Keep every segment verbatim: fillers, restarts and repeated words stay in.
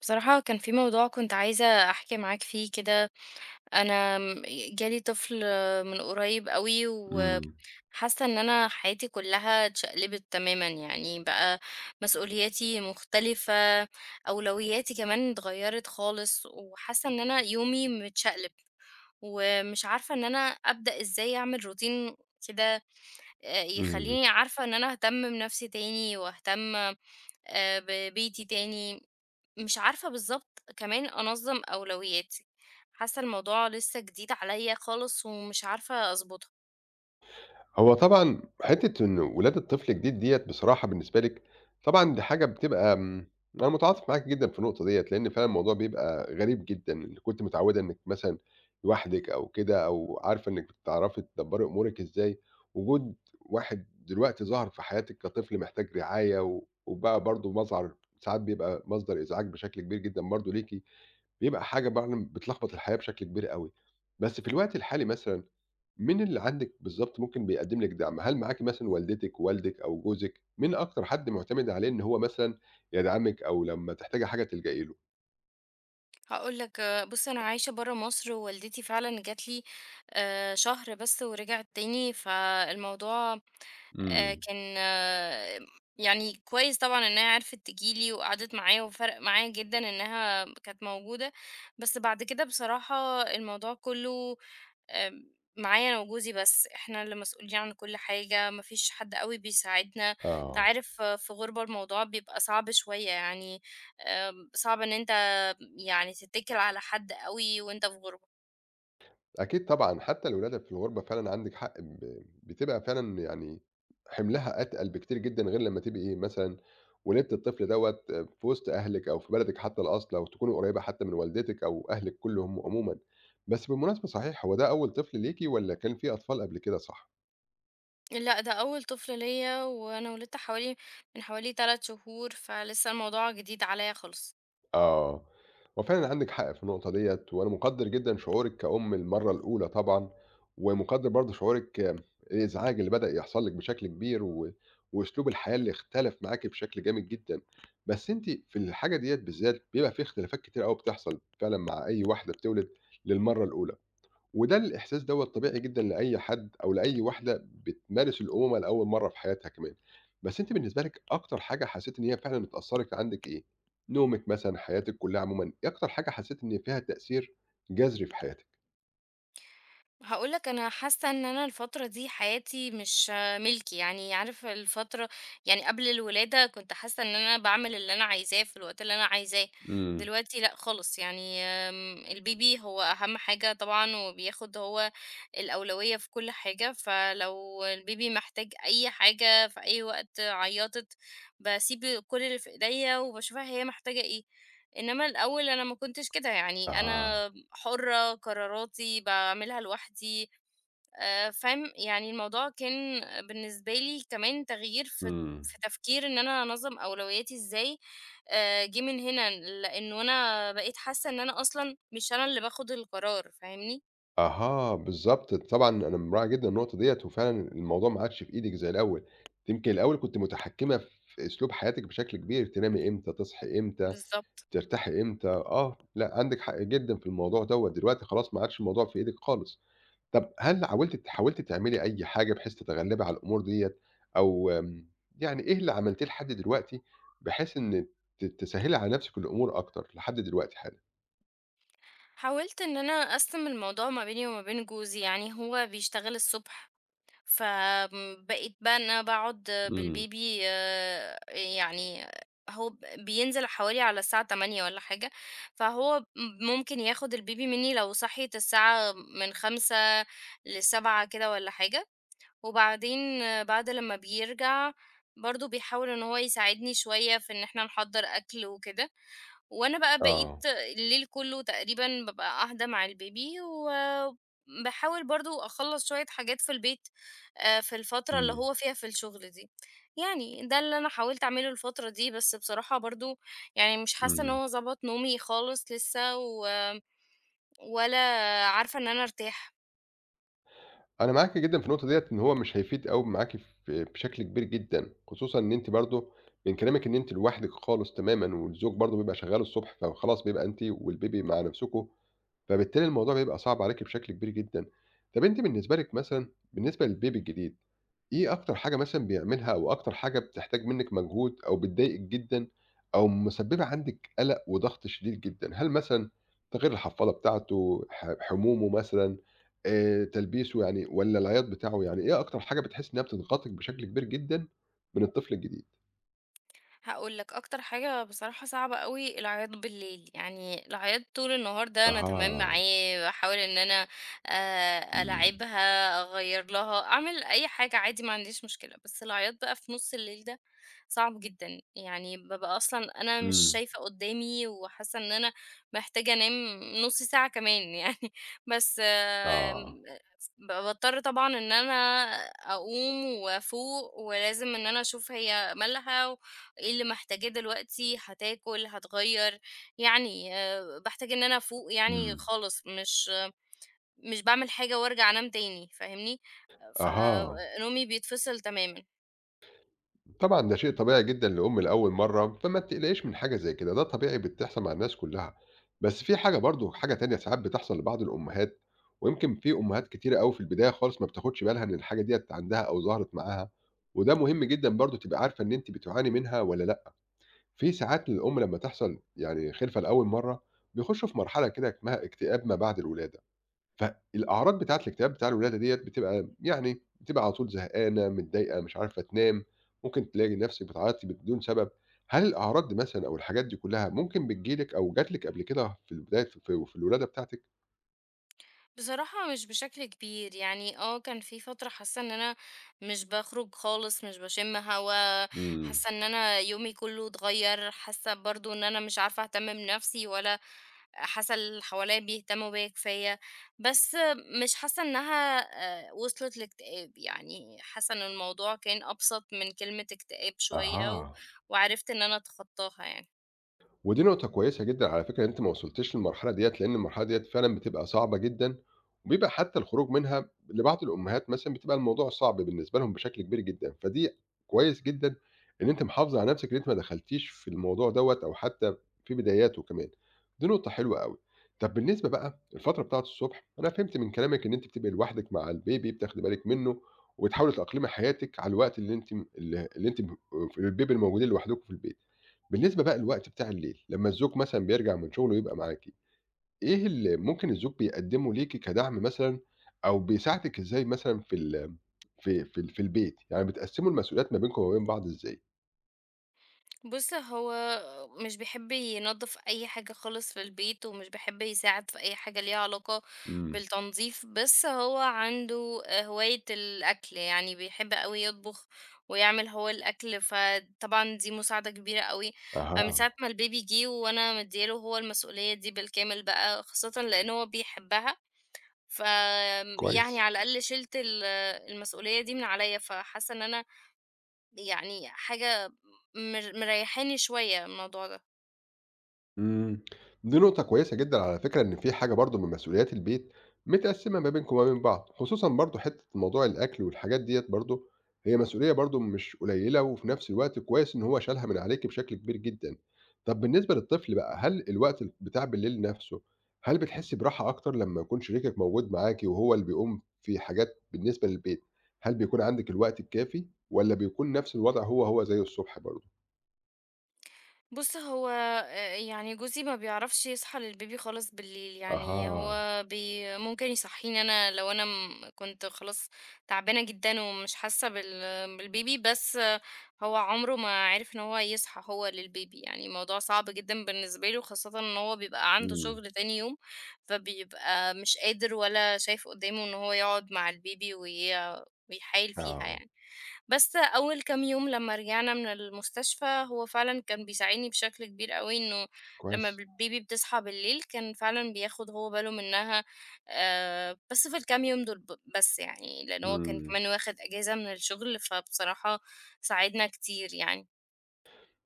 بصراحة كان في موضوع كنت عايزة أحكي معاك فيه كده. أنا م- جالي طفل من قريب قوي إمم، وحاسة إن أنا حياتي كلها اتشقلبت تماما يعني بقى. مسؤولياتي مختلفة، أولوياتي كمان اتغيرت خالص، وحاسة إن أنا يومي متشقلب ومش عارفة إن أنا أبدأ إزاي أعمل روتين كده، آه، إمم. يخليني عارفة إن أنا أهتم بنفسي تاني وأهتم آه، ببيتي تاني. مش عارفة بالضبط كمان أنظّم أولوياتي، حاسة الموضوع لسه جديد عليَّ خالص ومش عارفة أضبطها. هو طبعًا حتّة إن ولادة طفل جديد ديّة بصراحة بالنسبة لِك، طبعًا دي حاجة بتبقى آمم، أنا متعاطف معاكِ جدًا في النقطة ديّة، لإن فعلًا الموضوع بيبقى غريب جدًا، اللي كنتِ متعوّدة إنِّك مثلًا لوحدِك أو كده أو عارفة إنِّك بتعرفي تدبّري أمورِك إزاي، وجود واحد دلوقتي ظَهَر في حياتِك كطفل محتاج رعاية و وبقى برضه مظهر ساعات بيبقى مصدر إزعاج بشكل كبير جدًا برضه ليكِ، بيبقى حاجة فعلًا بتلخبط الحياة بشكل كبير أوي. بس في الوقت الحالي مثلًا مين اللي عندِك بالضبط ممكن بيقدّم لِك دعم؟ هل معاكِ مثلًا والدتِك، والدِك أو جوزِك؟ مين أكتر حد معتمدة عليه إن هو مثلًا يدعمِك أو لمّا تحتاجي حاجة تلجئي له؟ هاقول لك، بُص أنا عايشة برّه مصر، ووالدتي فعلًا جات لي آآ شهر بس ورجعت تاني، فالموضوع آآ إمم. كان آه، يعني كويس طبعًا إنها عرفت تيجي لي وقعدت معايا، وفرق معايا جدًا إنها كانت موجودة. بس بعد كده بصراحة الموضوع كله آمم، معايا أنا وجوزي بس. إحنا اللي مسؤولين عن كل حاجة، ما فيش حد أوي بيساعدنا. أنت آه. عارف في غُربة الموضوع بيبقى صعب شوية يعني، آمم، صعب إن أنت يعني تتّكل على حد أوي وأنت في غُربة. أكيد طبعًا، حتى الولادة في الغُربة فعلًا عندِك حق ب بتبقى فعلًا يعني حِملها أتقل بكتير جدًا غير لمّا تبقي ايه مثلًا ولدتِ الطفل دوّة في وسط أهلِك أو في بلدِك حتى الأصل أو تكوني قريّبة حتى من والدتِك أو أهلِك كُلّهم عمومًا. بس بالمناسبة صحيح، هو ده أول طفل ليكِ والّا كان في أطفال قبل كده صح؟ لأ، ده أول طفل ليّا، وأنا ولدت حوالي من حوالي ثلاث شهور، فلسه الموضوع جديد عليّا خالص. آه، هو فعلًا عندِك حق في النقطة ديّة، وأنا مقدّر جدًا شعورِك كأم المرّة الأولى طبعًا، ومقدّر برضه شعورِك آه، الإزعاج اللي بدأ يحصل لِك بشكل كبير، و وأسلوب الحياة اللي اختلف معاكِ بشكل جامد جدًا، بس أنتِ في الحاجة ديّة بالذات بيبقى في اختلافات كتيرة أوي بتحصل فعلًا مع أي واحدة بتولد للمرّة الأولى. وده الإحساس دوّة طبيعي جدًا لأي حد أو لأي واحدة بتمارس الأمومة لأول مرّة في حياتها كمان. بس أنتِ بالنسبة لِك أكتر حاجة حسيتِ إن هي فعلًا اتأثّرت عندِك إيه؟ نومِك مثلًا، حياتِك كلّها عمومًا، إيه أكتر حاجة حسيتِ إن فيها تأثير جذري في حياتِك؟ هاقول لك، أنا حاسة إن أنا الفترة دي حياتي مش ملكي. يعني عارف الفترة يعني قبل الولادة كنت حاسة إن أنا باعمل اللي أنا عايزاه في الوقت اللي أنا عايزاه، إمم. دلوقتي لأ خالص. يعني آمم، الBaby هو أهم حاجة طبعًا، وبياخد هو الأولوية في كل حاجة، فلو الBaby محتاج أي حاجة في أي وقت عيّطت، باسيب كل اللي في إيديّا وباشوفها هي محتاجة إيه. إنما الأول أنا ما كنتش كده. يعني أها. أنا حرة، قراراتي باعملها لوحدي. آآ فاهم؟ يعني الموضوع كان بالنسبة لي كمان تغيير في إمم. في تفكير إن أنا أنظّم أولوياتي إزاي. آآ جِه من هنا، لإنه أنا بقيت حاسة إن أنا أصلًا مش أنا اللي باخد القرار، فاهمني؟ أها، بالضبط. طبعًا أنا مراعي جدًا النقطة ديّة، وفعلًا الموضوع ما عادش في إيدِك زي الأول. يمكن الأول كنتِ متحكّمة في أسلوب حياتِك بشكل كبير، تنامي إمتى، تصحي إمتى. بالضبط. ترتاحي إمتى آه، لأ عندِك حق جدًا في الموضوع دوّة، دلوقتي خلاص ما عادش الموضوع في إيدِك خالص. طَب هل حاولتِ حاولتِ تعملي أي حاجة بحيث تتغلّبي على الأمور ديّة أو آمم، يعني إيه اللي عملتيه لحد دلوقتي بحيث إن ت تسهّلي على نَفْسِك الأمور أكتر لحد دلوقتي حالًا؟ حاولت إن أنا أقسّم الموضوع ما بيني وما بين جوزي. يعني هو بيشتغل الصبح، فبقيت بقى إن أنا باقعد إمم. بالبيبي. آآ يعني هو ب بينزل حوالي على الساعة تمانية والّا حاجة، فهو م ممكن ياخد البيبي منّي لو صحيت الساعة من خمسة لسبعة كده والّا حاجة. وبعدين آه، بعد لمّا بيرجع برضه بيحاول إن هو يساعدني شوية في إن إحنا نحضّر أكل وكده. وأنا بقى بقيت آه. الليل كلّه تقريبًا بابقى قاعدة مع البيبي، وباحاول برضه أخلّص شوية حاجات في البيت آآ، في الفترة اللي إمم، هو فيها في الشغل دي. يعني ده اللي أنا حاولت أعمله الفترة دي، بس بصراحة برضه يعني مش حاسة إن إمم. هو ضبط نومي خالص لسه، و ولا عارفة إن أنا أرتاح. أنا معاكِ جدًا في النقطة ديّة إن هو مش هيفيد أوي معاكِ في بشكل كبير جدًا، خصوصًا إن أنتِ برضه من كلامِك إن أنتِ لوحدِك خالص تمامًا والزوج برضه بيبقى شغّال الصبح، فخلاص بيبقى أنتِ والBaby مع نَفْسكم فبالتالي الموضوع بيبقى صعب عليكِ بشكل كبير جدًا. طَب أنتِ بالنسبة لِك مثلًا بالنسبة للBaby الجديد، إيه أكتر حاجة مثلًا بيعملها أو أكتر حاجة بتحتاج منِّك مجهود أو بتضايقِك جدًا أو مسببة عندِك قَلَق وضغط شديد جدًا؟ هل مثلًا تغيير الحفاضة بتاعته، ح حمومه مثلًا، آآ تلبيسه يعني والّا العياط بتاعه، يعني إيه أكتر حاجة بتحسّي إنها بتضغطِك بشكل كبير جدًا من الطفل الجديد؟ هاقول لك، أكتر حاجة بصراحة صعبة أوي العياط بالليل. يعني العياط طول النهار ده أنا تمام أها، معاه، باحاول إن أنا آآ إمم، ألاعبها، أغيّر لها، أعمل أي حاجة عادي، ما عنديش مشكلة. بس العياط بقى في نُص الليل ده صعب جدًا. يعني بابقى أصلًا أنا مش إمم، شايفة قدّامي، وحاسة إن أنا محتاجة أنام نُص ساعة كمان يعني. بس آه، آمم ب باضطر طبعًا إن أنا أقوم وأفوق، ولازم إن أنا أشوف هي مالها، إيه اللي محتاجاه دلوقتي، هتاكل، هتغيّر. يعني آآ باحتاج إن أنا أفوق يعني إمم، خالص، مش مش باعمل حاجة وارجع أنام تاني، فاهمني؟ أها. فنومي بيتفصل تمامًا. طبعًا ده شيء طبيعي جدًا لأم لأول مرّة، فما بتقلقيش من حاجة زي كده، ده طبيعي بتحصل مع الناس كلّها. بس في حاجة برضه حاجة تانية ساعات بتحصل لبعض الأمهات، ويمكن في أمهات كتيرة أوي في البداية خالص ما بتاخدش بالها إن الحاجة ديّة عندها أو ظهرت معاها، وده مهم جدًا برضه تبقى عارفة إن أنتِ بتعاني منها والّا لأ. في ساعات للأم لمّا تحصل يعني خلفة لأول مرّة، بيخشوا في مرحلة كده اكمها اكتئاب ما بعد الولادة. فالأعراض بتاعة الاكتئاب بتاع الولادة ديّة بتبقى يعني بتبقى على طول زهقانة، متضايقة، مش عارفة تنام، ممكن تلاقي نفسِك بتعيطي بدون سبب. هل الأعراض دي مثلًا أو الحاجات دي كلّها ممكن بتيجي لِك أو جات لِك قبل كده في البداية في في الولادة بتاعتِك؟ بصراحة مش بشكل كبير. يعني اه كان في فترة حاسة ان انا مش بخرج خالص، مش بشم هوا، إمم. حاسة ان انا يومي كله اتغير، حاسة برضو ان انا مش عارفة اهتم بنفسي، ولا حاسة اللي حواليا بيهتموا بيا كفاية. بس مش حاسة انها آه، وصلت لاكتئاب. يعني حاسة ان الموضوع كان ابسط من كلمة اكتئاب شوية و- أها. وعرفت ان انا اتخطاها يعني. ودي نقطة كويسة جدًا على فكرة إن أنتِ ما وصلتيش للمرحلة ديّة، لإن المرحلة ديّة فعلًا بتبقى صعبة جدًا، وبيبقى حتى الخروج منها لبعض الأمهات مثلًا بتبقى الموضوع صعب بالنسبة لهم بشكل كبير جدًا، فدي كويس جدًا إن أنتِ محافظة على نفسِك إن أنتِ ما دخلتيش في الموضوع دوّة أو حتى في بداياته كمان، دي نقطة حلوة أوي. طب بالنسبة بقى الفترة بتاعة الصبح، أنا فهمت من كلامِك إن أنتِ بتبقي لوحدِك مع البيبي بتاخدي بالِك منه، وبتحاولي تأقلمي حياتِك على الوقت اللي أنتِ م ال اللي أنتِ ب البيبي الموجودين لوحدكم في البيت. بالنسبة بقى للوقت بتاع الليل، لمّا الزوج مثلًا بيرجع من شغله ويبقى معاكِ، إيه اللي ممكن الزوج بيقدّمه ليكِ كدعم مثلًا أو بيساعدِك إزاي مثلًا في ال في في ال في البيت، يعني بتقسّموا المسؤوليات ما بينكم وما بين بعض إزاي؟ بُص، هو مش بيحب ينضّف أي حاجة خالص في البيت، ومش بيحب يساعد في أي حاجة ليها علاقة إمم، بالتنضيف. بس هو عنده آآ، هواية الأكل. يعني بيحب أوي يطبخ ويعمل هو الأكل، فطبعًا دي مساعدة كبيرة أوي. فمن أها، ساعة ما الBaby جِه وأنا مدّية له هو المسؤولية دي بالكامل بقى، خاصةً لإن هو بيحبها. فآمم، يعني كويس. على الأقل شِلت ال المسؤولية دي من عليَّ، فحاسة إن أنا يعني حاجة مر مريّحاني شوية الموضوع ده. إمم، دي نقطة كويسة جدًا على فكرة، إن في حاجة برضه من مسؤوليات البيت متقسّمة ما بينكم وما بين بعض، خصوصًا برضه حتّة موضوع الأكل والحاجات ديّة برضه، هي مسؤولية برضه مش قليلة، وفي نفس الوقت كويس إن هو شالها من عليكِ بشكل كبير جدًا. طَب بالنسبة للطفل بقى، هل الوقت ال بتاع بالليل نفسه، هل بتحسّي براحة أكتر لمّا يكون شريكِك موجود معاكِ وهو اللي بيقوم في حاجات بالنسبة للبيت، هل بيكون عندِك الوقت الكافي والّا بيكون نفس الوضع هو، هو زي الصبح برضه؟ بُص، هو آآ يعني جوزي ما بيعرفش يصحى للبيبي خالص بالليل. يعني أها، هو بي ممكن يصحّيني أنا لو أنا م كنت خلاص تعبانة جدًا ومش حاسة بال بالبيبي، بس آه، هو عمره ما عرف إن هو يصحى هو للبيبي. يعني الموضوع صعب جدًا بالنسبة له، خاصةً إن هو بيبقى عنده إمم، شغل تاني يوم، فبيبقى مش قادر ولا شايف قدّامه إن هو يقعد مع البيبي، وي بيحايل فيها آه، يعني. بس أول كام يوم لمّا رجعنا من المستشفى هو فعلًا كان بيساعدني بشكل كبير أوي، إنه لمّا كويس. ب البيبي بتصحى بالليل كان فعلًا بياخد هو باله منها آآ، بس في الكام يوم دول ب بس يعني، لإن هو كان إمم. كمان واخد إجازة من الشغل، فبصراحة ساعدنا كتير يعني.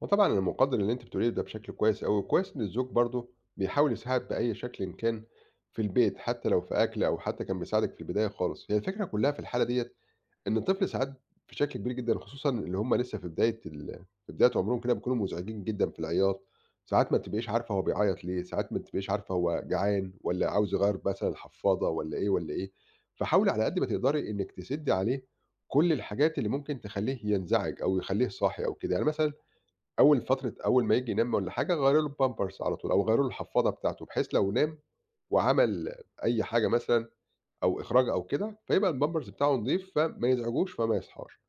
وطبعًا أنا مقدّر اللي أنتِ بتقوليه ده بشكل كويس أوي، وكويس إن الزوج برضه بيحاول يساعد بأي شكلٍ إن كان في البيت، حتى لو في أكل أو حتى كان بيساعدِك في البداية خالص. هي الفكرة كلّها في الحالة ديّة إن الطفل ساعات بشكل كبير جدًا، خصوصًا اللي هم لسه في بداية ال في بداية عمرهم كده بيكونوا مزعجين جدًا في العياط، ساعات ما بتبقيش عارفة هو بيعيّط ليه، ساعات ما بتبقيش عارفة هو جعان والّا عاوز يغيّر مثلًا الحفاضة والّا إيه، والّا إيه. فحاولي على قد ما تقدري إنِّك تسِدّي عليه كل الحاجات اللي ممكن تخلّيه ينزعج أو يخلّيه صاحي أو كده. يعني مثلًا أول فترة أول ما ييجي ينام والّا حاجة غيّروا له الpampers على طول، أو غيّروا له الحفاضة بتاعته، بحيث لو نام وعمل أي حاجة مثلًا أو إخراج أو كده، فيبقى الpampers بتاعه نضيف، فما يزعجوش فما يصحاش.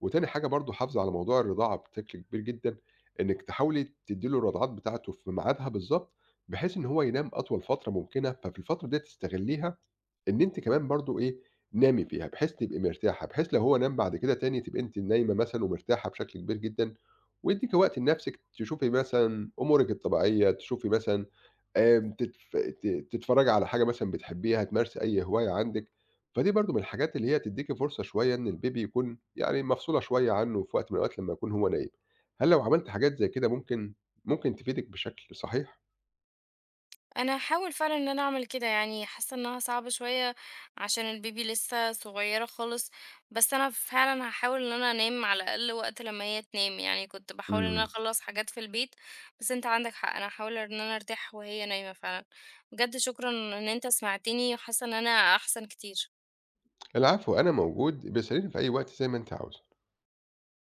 وتاني حاجة برضه حافظي على موضوع الرضاعة بشكل كبير جدًا، إنِّك تحاولي تدّي له الرضعات بتاعته في ميعادها بالضبط، بحيث إن هو ينام أطول فترة ممكنة، ففي الفترة ديّة تستغليها إن أنتِ كمان برضه إيه، نامي فيها، بحيث تبقي مرتاحة، بحيث لو هو نام بعد كده تاني تبقي أنتِ نايمة مثلًا ومرتاحة بشكل كبير جدًا، وادِّي وقت لنفسِك تشوفي مثلًا أمورِك الطبيعية، تشوفي مثلًا آمم، تتف ت تتفرّجي على حاجة مثلًا بتحبيها، تمارسي أي هواية عندِك، فدي برضه من الحاجات اللي هي تدّيكِ فرصة شوية إن الBaby يكون يعني مفصولة شوية عنه في وقت من الأوقات لمّا يكون هو نايم. هل لو عملتِ حاجات زي كده ممكن ممكن تفيدِك بشكل صحيح؟ انا هاحاول فعلًا إن أنا أعمل كده. يعني حاسة إنها صعبة شوية عشان البيبي لسه صغيرة خالص، بس أنا فعلًا هاحاول إن أنا أنام على الأقل وقت لمّا هي تنام. يعني كنت باحاول إن أنا إمم. أخلّص حاجات في البيت، بس أنت عندك حق، أنا هاحاول إن أنا أرتاح وهي نايمة فعلًا. بجد شكرًا إن أنت سمعتني، حاسة إن أنا أحسن كتير. العفو، أنا موجود، باسأليني في أي وقت زي ما أنتِ عاوزة.